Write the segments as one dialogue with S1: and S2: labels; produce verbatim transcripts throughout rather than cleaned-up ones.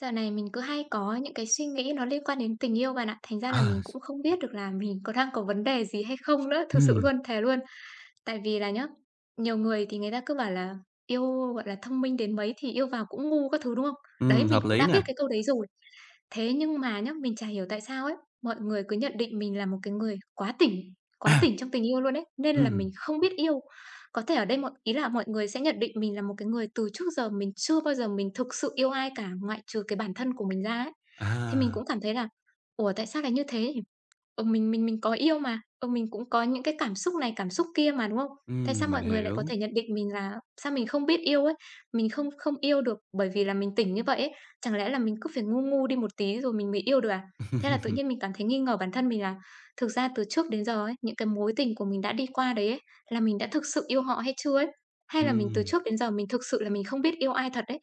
S1: Dạo này mình cứ hay có những cái suy nghĩ nó liên quan đến tình yêu bạn ạ. Thành ra là
S2: À,
S1: mình
S2: s
S1: cũng không biết được là mình có đang có vấn đề gì hay không nữa, thực sự
S2: ừm,
S1: luôn, thề luôn. Tại vì là nhá, nhiều người thì người ta cứ bảo là yêu, gọi là, thông minh đến mấy thì yêu vào cũng ngu các thứ, đúng không? Đấy,
S2: ừm,
S1: mình
S2: hợp
S1: cũng
S2: lý
S1: đã biết
S2: nè.
S1: cái câu đấy rồi. Thế nhưng mà nhá, mình chả hiểu tại sao ấy, mọi người cứ nhận định mình là một cái người quá tỉnh, quá
S2: À,
S1: tỉnh trong tình yêu luôn ấy, nên là mình
S2: ừm,
S1: không biết yêu. Có thể ở đây mọi ý là mọi người sẽ nhận định mình là một cái người từ trước giờ mình chưa bao giờ mình thực sự yêu ai cả, ngoại trừ cái bản thân của mình ra ấy. Thì mình
S2: à,
S1: cũng cảm thấy là "Ủa, tại sao lại như thế nhỉ?" Ừ, mình mình mình có yêu mà, ừ, mình cũng có những cái cảm xúc này, cảm xúc kia mà, đúng không? Tại
S2: ừm,
S1: sao
S2: mình
S1: mọi người lại có
S2: hiểu.
S1: thể nhận định mình là sao mình không biết yêu ấy, mình không không yêu được bởi vì là mình tỉnh như vậy ấy, chẳng lẽ là mình cứ phải ngu ngu đi một tí rồi mình mới yêu được à? Thế là tự nhiên mình cảm thấy nghi ngờ bản thân mình là thực ra từ trước đến giờ ấy, những cái mối tình của mình đã đi qua đấy ấy, là mình đã thực sự yêu họ hay chưa ấy? Hay là mình từ
S2: Ừm,
S1: trước đến giờ mình thực sự là mình không biết yêu ai thật ấy?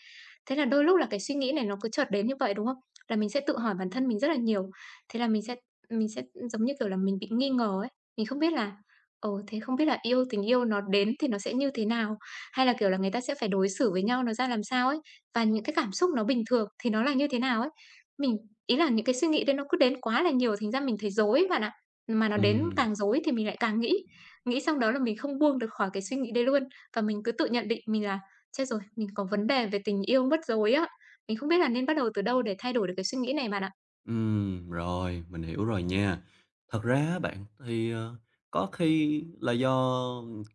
S1: Thế là đôi lúc là cái suy nghĩ này nó cứ chợt đến như vậy, đúng không? Là mình sẽ tự hỏi bản thân mình rất là nhiều, thế là mình sẽ mình sẽ, giống như kiểu là, mình bị nghi ngờ ấy, mình không biết là, ồ thế không biết là yêu tình yêu nó đến thì nó sẽ như thế nào? Hay là, kiểu là, người ta sẽ phải đối xử với nhau nó ra làm sao ấy? Và những cái cảm xúc nó bình thường thì nó là như thế nào ấy? Mình ý là những cái suy nghĩ đấy nó cứ đến quá là nhiều, thành ra mình thấy rối ấy bạn ạ. Mà nó đến
S2: ừm,
S1: càng rối thì mình lại càng nghĩ, nghĩ xong đó là mình không buông được khỏi cái suy nghĩ đấy luôn. Và mình cứ tự nhận định mình là "Chết rồi, mình có vấn đề về tình yêu mất rồi á." Mình không biết là nên bắt đầu từ đâu để thay đổi được cái suy nghĩ này bạn ạ.
S2: ừm, rồi, mình hiểu rồi nha. Thật ra á bạn, thì, ờ, có khi là do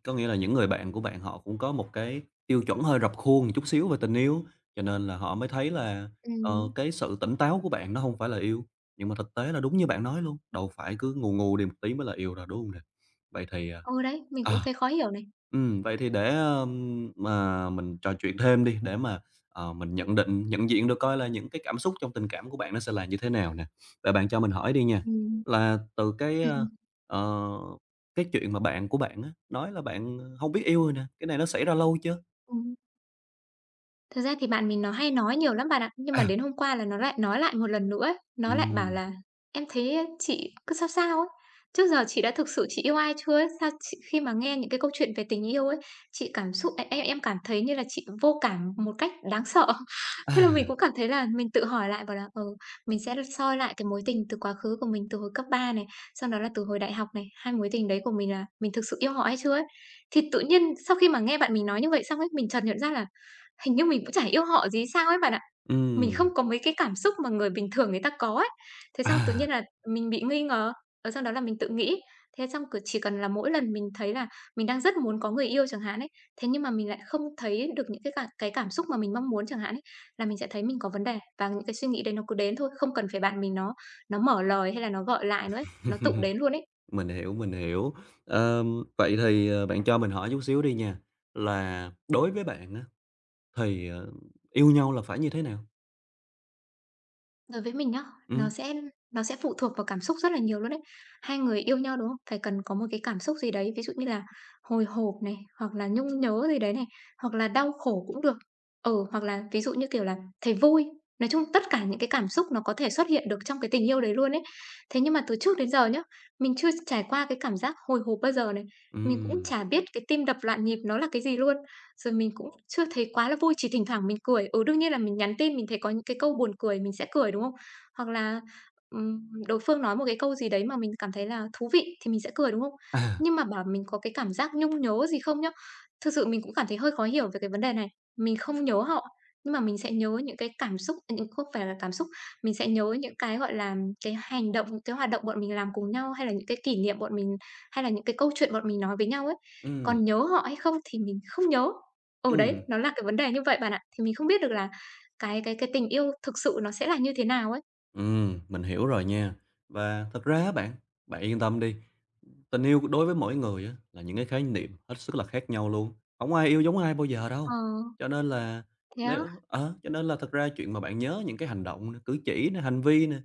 S2: có nghĩa là những người bạn của bạn họ cũng có một cái tiêu chuẩn hơi rập khuôn một chút xíu về tình yêu, cho nên là họ mới thấy là, ờ,
S1: Ừm.
S2: cái sự tỉnh táo của bạn nó không phải là yêu. Nhưng mà thực tế là đúng như bạn nói luôn, đâu phải cứ ngù ngù đi một tí mới là yêu đâu, đúng hông nè? Vậy thì, à
S1: Ừ, đấy, mình cũng
S2: à.
S1: thấy khó hiểu này.
S2: Ừm, vậy thì để, ờm, mà mình trò chuyện thêm đi, để mà, ờ, mình nhận định, nhận diện được coi là những cái cảm xúc trong tình cảm của bạn nó sẽ là như thế nào nè. Vậy bạn cho mình hỏi đi nha,
S1: Ừm.
S2: là từ cái,
S1: Ừm,
S2: ơ,
S1: ừm.
S2: ờ, cái chuyện mà bạn của bạn á, nói là bạn hông biết yêu rồi nè, cái này nó xảy ra lâu chưa?
S1: Ừ. Thật ra thì bạn mình nó hay nói nhiều lắm bạn ạ, nhưng mà
S2: À,
S1: đến hôm qua là nó lại nói lại một lần nữa ấy. Nó lại bảo
S2: ừm,
S1: là "Em thấy chị cứ sao sao ấy, trước giờ chị đã thực sự chị yêu ai chưa ấy? Sao chị khi mà nghe những cái câu chuyện về tình yêu ấy, chị cảm xúc em em em cảm thấy như là chị vô cảm một cách đáng sợ." Thế là mình
S2: à,
S1: cũng cảm thấy là mình tự hỏi lại bảo là, ừ, mình sẽ soi lại cái mối tình từ quá khứ của mình từ hồi cấp ba này, sau đó là từ hồi đại học này, hai mối tình đấy của mình là mình thực sự yêu họ hay chưa ấy. Thì tự nhiên sau khi mà nghe bạn mình nói như vậy xong ấy, mình chợt nhận ra là hình như mình cũng chả yêu họ gì sao ấy bạn ạ. Mình
S2: ừm,
S1: không có mấy cái cảm xúc mà người bình thường người ta có ấy. Thế xong tự nhiên
S2: à,
S1: là mình bị nghi ngờ, rồi sau đó là mình tự nghĩ. Thế xong cứ chỉ cần là mỗi lần mình thấy là mình đang rất muốn có người yêu chẳng hạn ấy, thế nhưng mà mình lại không thấy được những cái cảm cái cảm xúc mà mình mong muốn chẳng hạn ấy, là mình sẽ thấy mình có vấn đề và những cái suy nghĩ đấy nó cứ đến thôi, không cần phải bạn mình nó nó mở lời hay là nó gọi lại nữa ấy, nó tự đến luôn ấy.
S2: mình hiểu, mình hiểu. Ờm, vậy thì, ờ, bạn cho mình hỏi chút xíu đi nha, là đối với bạn á, thì, ờ, yêu nhau là phải như thế nào?
S1: Đối với mình nhá, nó
S2: Ừm,
S1: sẽ nó sẽ phụ thuộc vào cảm xúc rất là nhiều luôn đấy. Hai người yêu nhau, đúng không? Phải cần có một cái cảm xúc gì đấy, ví dụ như là hồi hộp này, hoặc là nhung nhớ gì đấy này, hoặc là đau khổ cũng được. Ừ, hoặc là ví dụ như, kiểu là, thấy vui. Nói chung tất cả những cái cảm xúc nó có thể xuất hiện được trong cái tình yêu đấy luôn ấy. Thế nhưng mà từ trước đến giờ nhá, mình chưa trải qua cái cảm giác hồi hộp bao giờ này, mình cũng
S2: ừm.
S1: chả biết cái tim đập loạn nhịp nó là cái gì luôn. Rồi mình cũng chưa thấy quá là vui, chỉ thỉnh thoảng mình cười. Ừ, đương nhiên là mình nhắn tin mình thấy có những cái câu buồn cười mình sẽ cười, đúng không? Hoặc là, ừm, đối phương nói một cái câu gì đấy mà mình cảm thấy là thú vị thì mình sẽ cười, đúng không?
S2: À,
S1: Nhưng mà bảo mình có cái cảm giác nhung nhớ gì không nhá, thực sự mình cũng cảm thấy hơi khó hiểu về cái vấn đề này. Mình không nhớ họ, nhưng mà mình sẽ nhớ những cái cảm xúc à, những không phải là cảm xúc, mình sẽ nhớ những cái, gọi là, cái hành động, những cái hoạt động bọn mình làm cùng nhau, hay là những cái kỷ niệm bọn mình hay là những cái câu chuyện bọn mình nói với nhau ấy.
S2: ừm,
S1: Còn nhớ họ hay không thì mình không nhớ. Ừ, đấy,
S2: ừm,
S1: nó là cái vấn đề như vậy bạn ạ. Thì mình không biết được là cái cái cái tình yêu thực sự nó sẽ là như thế nào ấy.
S2: ừm, mình hiểu rồi nha. Và thật ra á bạn, bạn yên tâm đi, tình yêu đối với mỗi người á là những cái khái niệm hết sức là khác nhau luôn, không ai yêu giống ai bao giờ
S1: Ờ,
S2: đâu. Cho nên là
S1: thế á?
S2: nếu ờ, cho nên là thật ra chuyện mà bạn nhớ những cái hành động nè, cử chỉ nè, hành vi nè,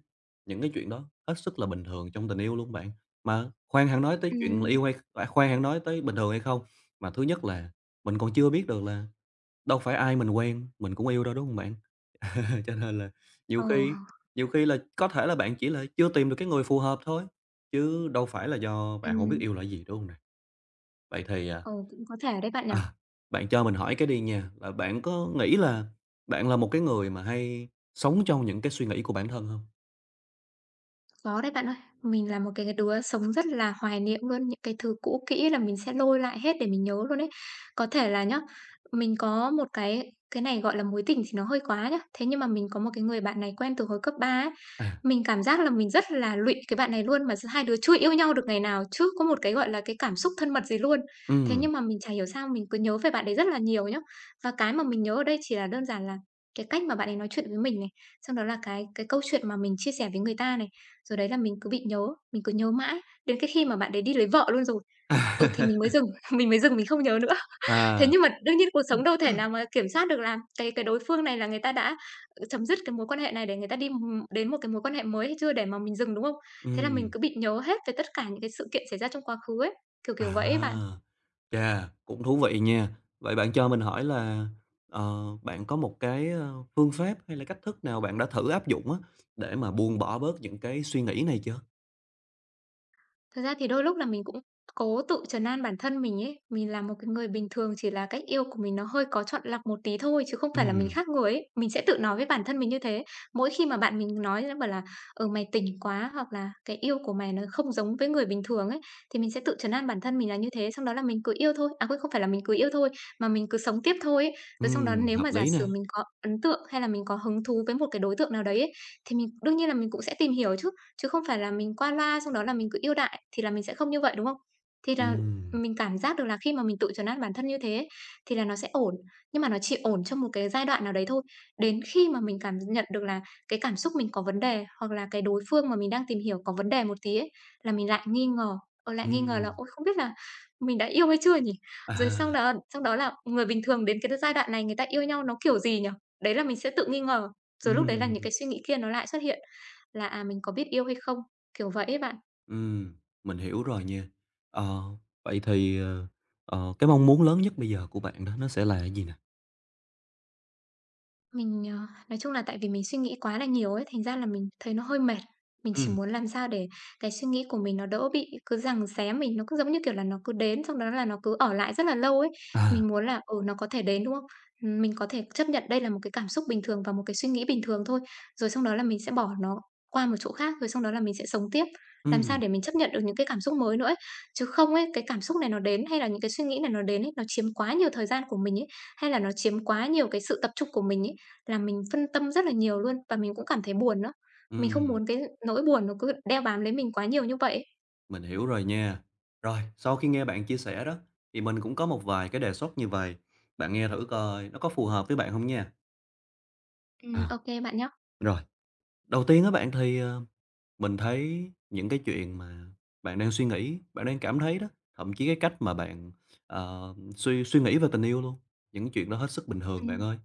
S2: những cái chuyện đó hết sức là bình thường trong tình yêu luôn bạn. Mà khoan hẳn nói tới chuyện là
S1: Ừm,
S2: yêu hay à, khoan hẳn nói tới bình thường hay không, mà thứ nhất là mình còn chưa biết được là đâu phải ai mình quen mình cũng yêu đâu, đúng không bạn? Cho nên là nhiều
S1: ờ,
S2: khi nhiều khi là có thể là bạn chỉ là chưa tìm được cái người phù hợp thôi, chứ đâu phải là do bạn hổng biết
S1: ừm,
S2: yêu là gì, đúng hông nè? Vậy thì, à,
S1: ừ, cũng có thể đấy bạn nhỉ?
S2: à, bạn cho mình hỏi cái đi nha, là bạn có nghĩ là bạn là một cái người mà hay sống trong những cái suy nghĩ của bản thân hông?
S1: Có đấy bạn ơi, mình là một cái đứa sống rất là hoài niệm luôn, những cái thứ cũ kỹ là mình sẽ lôi lại hết để mình nhớ luôn ấy. Có thể là nhá, mình có một cái cái này gọi là mối tình thì nó hơi quá nhá, thế nhưng mà mình có một cái người bạn này quen từ hồi cấp ba ấy,
S2: À,
S1: mình cảm giác là mình rất là lụy cái bạn này luôn, mà s hai đứa chưa yêu nhau được ngày nào, chưa có một cái, gọi là, cái cảm xúc thân mật gì luôn. Thế
S2: ừm,
S1: nhưng mà mình chả hiểu sao mình cứ nhớ về bạn đấy rất là nhiều nhá. Và cái mà mình nhớ ở đây chỉ là đơn giản là cái cách mà bạn ấy nói chuyện với mình này, xong đó là cái cái câu chuyện mà mình chia sẻ với người ta này, rồi đấy là mình cứ bị nhớ, mình cứ nhớ mãi, đến cái khi mà bạn đấy đi lấy vợ luôn rồi, ừ, thì
S2: à,
S1: mình mới dừng, mình mới dừng mình không nhớ nữa. Thế
S2: À,
S1: nhưng mà đương nhiên cuộc sống đâu thể nào mà kiểm soát được là cái cái đối phương này là người ta đã, ừ, chấm dứt cái mối quan hệ này để người ta đi, ừm, đến một cái mối quan hệ mới hay chưa để mà mình dừng, đúng không? Thế là mình
S2: ừm,
S1: cứ bị nhớ hết về tất cả những cái sự kiện xảy ra trong quá khứ ấy, kiểu, kiểu
S2: à.
S1: vậy ấy bạn.
S2: Chà, cũng thú vị nha. Vậy bạn cho mình hỏi là, ờ, bạn có một cái, ơ, phương pháp hay là cách thức nào bạn đã thử áp dụng á, để mà buông bỏ bớt những cái suy nghĩ này chưa?
S1: Thật ra thì đôi lúc là mình cũng cố tự trấn an bản thân mình ấy. Mình là một cái người bình thường, chỉ là cách yêu của mình nó hơi có chọn lọc một tí thôi, chứ không phải là mình
S2: Ừm,
S1: khác người ấy. Mình sẽ tự nói với bản thân mình như thế. Mỗi khi mà bạn mình nói nó bảo là "Ừ, mày tỉnh quá" hoặc là "Cái yêu của mày nó không giống với người bình thường" ấy, thì mình sẽ tự trấn an bản thân mình là như thế. Xong đó là mình cứ yêu thôi à, quên, không phải là mình cứ yêu thôi, mà mình cứ sống tiếp thôi ấy. Rồi xong đó
S2: ừm,
S1: nếu
S2: hợp
S1: mà giả
S2: lý nè.
S1: sử mình có ấn tượng hay là mình có hứng thú với một cái đối tượng nào đấy ấy, thì mình đương nhiên là mình cũng sẽ tìm hiểu chứ chứ không phải là mình qua loa xong đó là mình cứ ưu đãi thì là mình sẽ không như vậy, đúng không? Thì là
S2: Ừm,
S1: mình cảm giác được là khi mà mình tự trấn an bản thân như thế ấy, thì là nó sẽ ổn, nhưng mà nó chỉ ổn trong một cái giai đoạn nào đấy thôi. Đến khi mà mình cảm nhận được là cái cảm xúc mình có vấn đề, hoặc là cái đối phương mà mình đang tìm hiểu có vấn đề một tí ấy, là mình lại nghi ngờ, ờ, lại nghi ngờ là
S2: ừm,
S1: "Ôi, không biết là mình đã yêu hay chưa nhỉ?" Rồi
S2: à,
S1: xong đó xong đó là người bình thường đến cái giai đoạn này người ta yêu nhau nó kiểu gì nhỉ? Đấy là mình sẽ tự nghi ngờ, rồi lúc đấy là những
S2: ừm,
S1: cái suy nghĩ kia nó lại xuất hiện là, à, mình có biết yêu hay không, kiểu vậy ấy bạn.
S2: ừm, mình hiểu rồi nha. Ờ, vậy thì, ờ, ờ, cái mong muốn lớn nhất bây giờ của bạn đó, nó sẽ là cái gì nè?
S1: Mình, ờ, nói chung là tại vì mình suy nghĩ quá là nhiều ấy, thành ra là mình thấy nó hơi mệt. Mình chỉ
S2: Ừm,
S1: muốn làm sao để cái suy nghĩ của mình nó đỡ bị cứ giằng xé mình, nó cứ giống như kiểu là nó cứ đến, xong đó là nó cứ ở lại rất là lâu ấy.
S2: à,
S1: Mình muốn là, ừ, nó có thể đến, đúng không? Ừm, mình có thể chấp nhận đây là một cái cảm xúc bình thường và một cái suy nghĩ bình thường thôi, rồi xong đó là mình sẽ bỏ nó qua một chỗ khác, rồi xong đó là mình sẽ sống tiếp. Làm sao
S2: ừm,
S1: để mình chấp nhận được những cái cảm xúc mới nữa ấy. Chứ không ấy, cái cảm xúc này nó đến hay là những cái suy nghĩ này nó đến ấy, nó chiếm quá nhiều thời gian của mình ấy, hay là nó chiếm quá nhiều cái sự tập trung của mình ấy, là mình phân tâm rất là nhiều luôn và mình cũng cảm thấy buồn nữa. Mình không
S2: ừm.
S1: muốn cái nỗi buồn nó cứ đeo bám lấy mình quá nhiều như vậy ấy.
S2: Mình hiểu rồi nha. Rồi, sau khi nghe bạn chia sẻ đó, thì mình cũng có một vài cái đề xuất như vậy. Bạn nghe thử coi nó có phù hợp với bạn không nha.
S1: Ừm,
S2: À.
S1: ô kê bạn nhá.
S2: Rồi, đầu tiên á bạn thì, ờ mình thấy những cái chuyện mà bạn đang suy nghĩ, bạn đang cảm thấy đó, thậm chí cái cách mà bạn, ờ, suy suy nghĩ về tình yêu luôn, những chuyện đó hết sức bình thường bạn
S1: Ừm,
S2: ơi.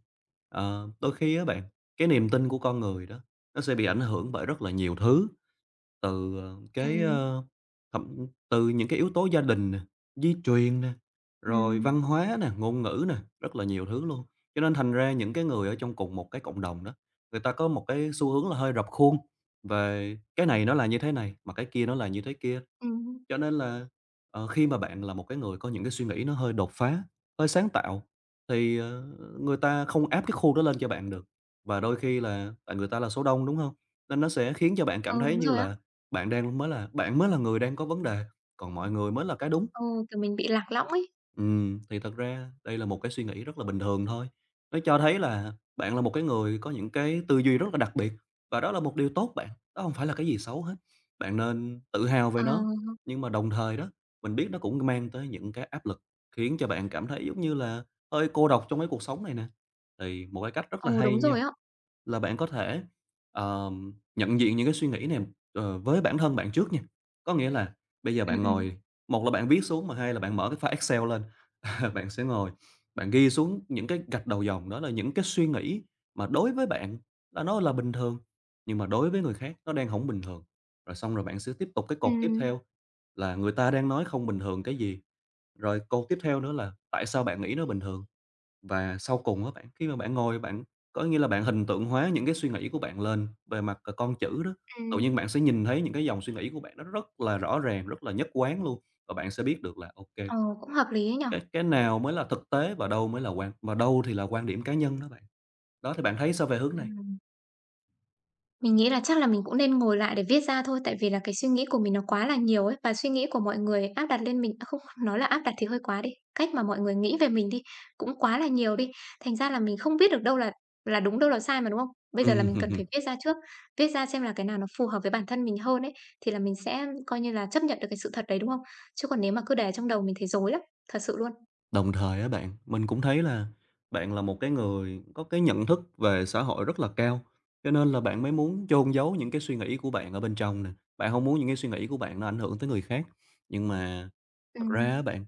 S2: Ờ, đôi khi á bạn, cái niềm tin của con người đó, nó sẽ bị ảnh hưởng bởi rất là nhiều thứ, từ, ờ, cái,
S1: ừm,
S2: ơ, thậm từ những cái yếu tố gia đình nè, di truyền nè, rồi văn
S1: ừm,
S2: hóa nè, ngôn ngữ nè, rất là nhiều thứ luôn. Cho nên thành ra những cái người ở trong cùng một cái cộng đồng đó, người ta có một cái xu hướng là hơi rập khuôn. Về cái này nó là như thế này, mà cái kia nó là như thế kia.
S1: ừm.
S2: Cho nên là, ờ, khi mà bạn là một cái người có những cái suy nghĩ nó hơi đột phá, hơi sáng tạo, thì, ờ, người ta không áp cái khuôn đó lên cho bạn được. Và đôi khi là tại người ta là số đông, đúng không? Nên nó sẽ khiến cho bạn cảm
S1: Ừ,
S2: thấy
S1: đúng
S2: như
S1: rồi á.
S2: là bạn đang mới là bạn mới là người đang có vấn đề, còn mọi người mới là cái đúng.
S1: Ừ, kiểu, mình bị lạc lõng ấy.
S2: Ừm, thì thật ra đây là một cái suy nghĩ rất là bình thường thôi. Nó cho thấy là bạn là một cái người có những cái tư duy rất là đặc biệt và đó là một điều tốt bạn, đó không phải là cái gì xấu hết. Bạn nên tự hào về
S1: Ờ,
S2: nó, nhưng mà đồng thời đó, mình biết nó cũng mang tới những cái áp lực khiến cho bạn cảm thấy giống như là hơi cô độc trong cái cuộc sống này nè. Thì một cái cách rất là
S1: ừ,
S2: hay
S1: đúng rồi
S2: nha,
S1: á.
S2: là bạn có thể, ờm, nhận diện những cái suy nghĩ này, ờ, với bản thân bạn trước nha. Có nghĩa là bây giờ
S1: Ừm,
S2: bạn
S1: ừm,
S2: ngồi, một là bạn viết xuống, mà hai là bạn mở cái file Excel lên. Bạn sẽ ngồi, bạn ghi xuống những cái gạch đầu dòng, đó là những cái suy nghĩ mà đối với bạn là nó là bình thường, nhưng mà đối với người khác nó đang không bình thường. Rồi xong rồi bạn sẽ tiếp tục cái cột tiếp
S1: ừm,
S2: theo là người ta đang nói không bình thường cái gì, rồi cột tiếp theo nữa là tại sao bạn nghĩ nó bình thường. Và sau cùng á bạn, khi mà bạn ngồi bạn có nghĩa là bạn hình tượng hóa những cái suy nghĩ của bạn lên về mặt, ờ, con chữ đó, tự
S1: ừm.
S2: nhiên bạn sẽ nhìn thấy những cái dòng suy nghĩ của bạn nó rất là rõ ràng, rất là nhất quán luôn, và bạn sẽ biết được là OK
S1: Ờ, cũng hợp lý ấy nhỉ?
S2: cái cái nào mới là thực tế và đâu mới là quan và đâu thì là quan điểm cá nhân đó bạn. Đó, thì bạn thấy sao về hướng này?
S1: Ừm. Mình nghĩ là chắc là mình cũng nên ngồi lại để viết ra thôi, tại vì là cái suy nghĩ của mình nó quá là nhiều ấy, và suy nghĩ của mọi người áp đặt lên mình à, không, nói là áp đặt thì hơi quá đi, cách mà mọi người nghĩ về mình đi, cũng quá là nhiều đi. Thành ra là mình không biết được đâu là là đúng, đâu là sai mà, đúng không? Bây giờ là mình cần phải
S2: Ừm,
S1: viết ra trước, viết ra xem là cái nào nó phù hợp với bản thân mình hơn ấy, thì là mình sẽ coi như là chấp nhận được cái sự thật đấy, đúng không? Chứ còn nếu mà cứ để trong đầu mình thấy rối lắm, thật sự luôn.
S2: đồng thời á bạn, mình cũng thấy là bạn là một cái người có cái nhận thức về xã hội rất là cao, cho nên là bạn mới muốn chôn giấu những cái suy nghĩ của bạn ở bên trong nè, bạn không muốn những cái suy nghĩ của bạn nó ảnh hưởng tới người khác. Nhưng mà thật ra á
S1: Ừm,
S2: bạn,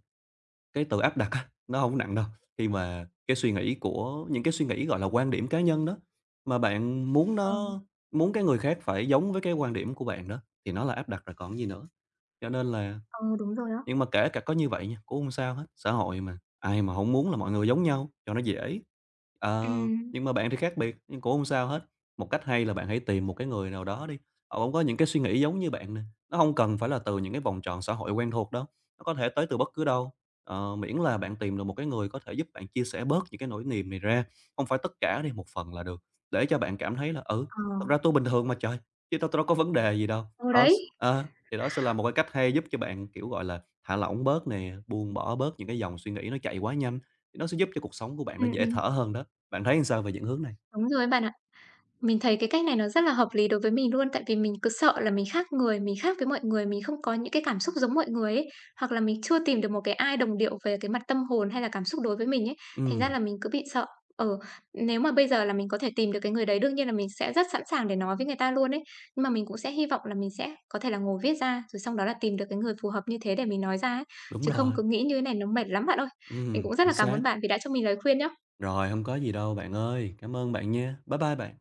S2: cái từ áp đặt á, nó không nặng đâu, khi mà cái suy nghĩ của những cái suy nghĩ, gọi là, quan điểm cá nhân đó, mà bạn muốn
S1: ờ,
S2: nó muốn cái người khác phải giống với cái quan điểm của bạn đó, thì nó là áp đặt rồi còn gì nữa. Cho nên là
S1: ờ, đúng rồi đó.
S2: nhưng mà kể cả có như vậy nha, cũng không sao hết, xã hội mà, ai mà hổng muốn là mọi người giống nhau cho nó dễ. Ờ,
S1: Ừm,
S2: nhưng mà bạn thì khác biệt, nhưng cũng không sao hết. Một cách hay là bạn hãy tìm một cái người nào đó đi, họ cũng có những cái suy nghĩ giống như bạn nè, nó hông cần phải là từ những cái vòng tròn xã hội quen thuộc đâu, nó có thể tới từ bất cứ đâu. Ờ, miễn là bạn tìm được một cái người có thể giúp bạn chia sẻ bớt những cái nỗi niềm này ra, không phải tất cả đi, một phần là được, để cho bạn cảm thấy là "Ừ,
S1: ờ,
S2: thật ra tôi bình thường mà trời, chứ đâu tui đâu có vấn đề gì đâu."
S1: ừ,
S2: Đó s
S1: đấy,
S2: ờ, thì đó sẽ là một cái cách hay giúp cho bạn, kiểu, gọi là thả lỏng bớt nè, buông bỏ bớt những cái dòng suy nghĩ nó chạy quá nhanh, thì nó sẽ giúp cho cuộc sống của bạn nó
S1: ừm,
S2: dễ
S1: ừm,
S2: thở hơn đó. Bạn thấy sao về những hướng này?
S1: đúng rồi bạn ạ. Mình thấy cái cách này nó rất là hợp lý đối với mình luôn, tại vì mình cứ sợ là mình khác người, mình khác với mọi người, mình không có những cái cảm xúc giống mọi người ấy, hoặc là mình chưa tìm được một cái ai đồng điệu về cái mặt tâm hồn hay là cảm xúc đối với mình ấy, thành ra
S2: Ừm,
S1: là mình cứ bị sợ. Ừ, nếu mà bây giờ là mình có thể tìm được cái người đấy đương nhiên là mình sẽ rất sẵn sàng để nói với người ta luôn ấy, nhưng mà mình cũng sẽ hy vọng là mình sẽ có thể là ngồi viết ra, rồi xong đó là tìm được cái người phù hợp như thế để mình nói ra ấy,
S2: đúng
S1: chứ không
S2: rồi,
S1: cứ nghĩ như thế này nó mệt lắm bạn ơi. Mình
S2: ừm,
S1: cũng rất
S2: chính
S1: là cảm ơn
S2: xác.
S1: bạn vì đã cho mình lời khuyên nhá.
S2: Rồi, không có gì đâu bạn ơi, cảm ơn bạn nha. Bye bye bạn.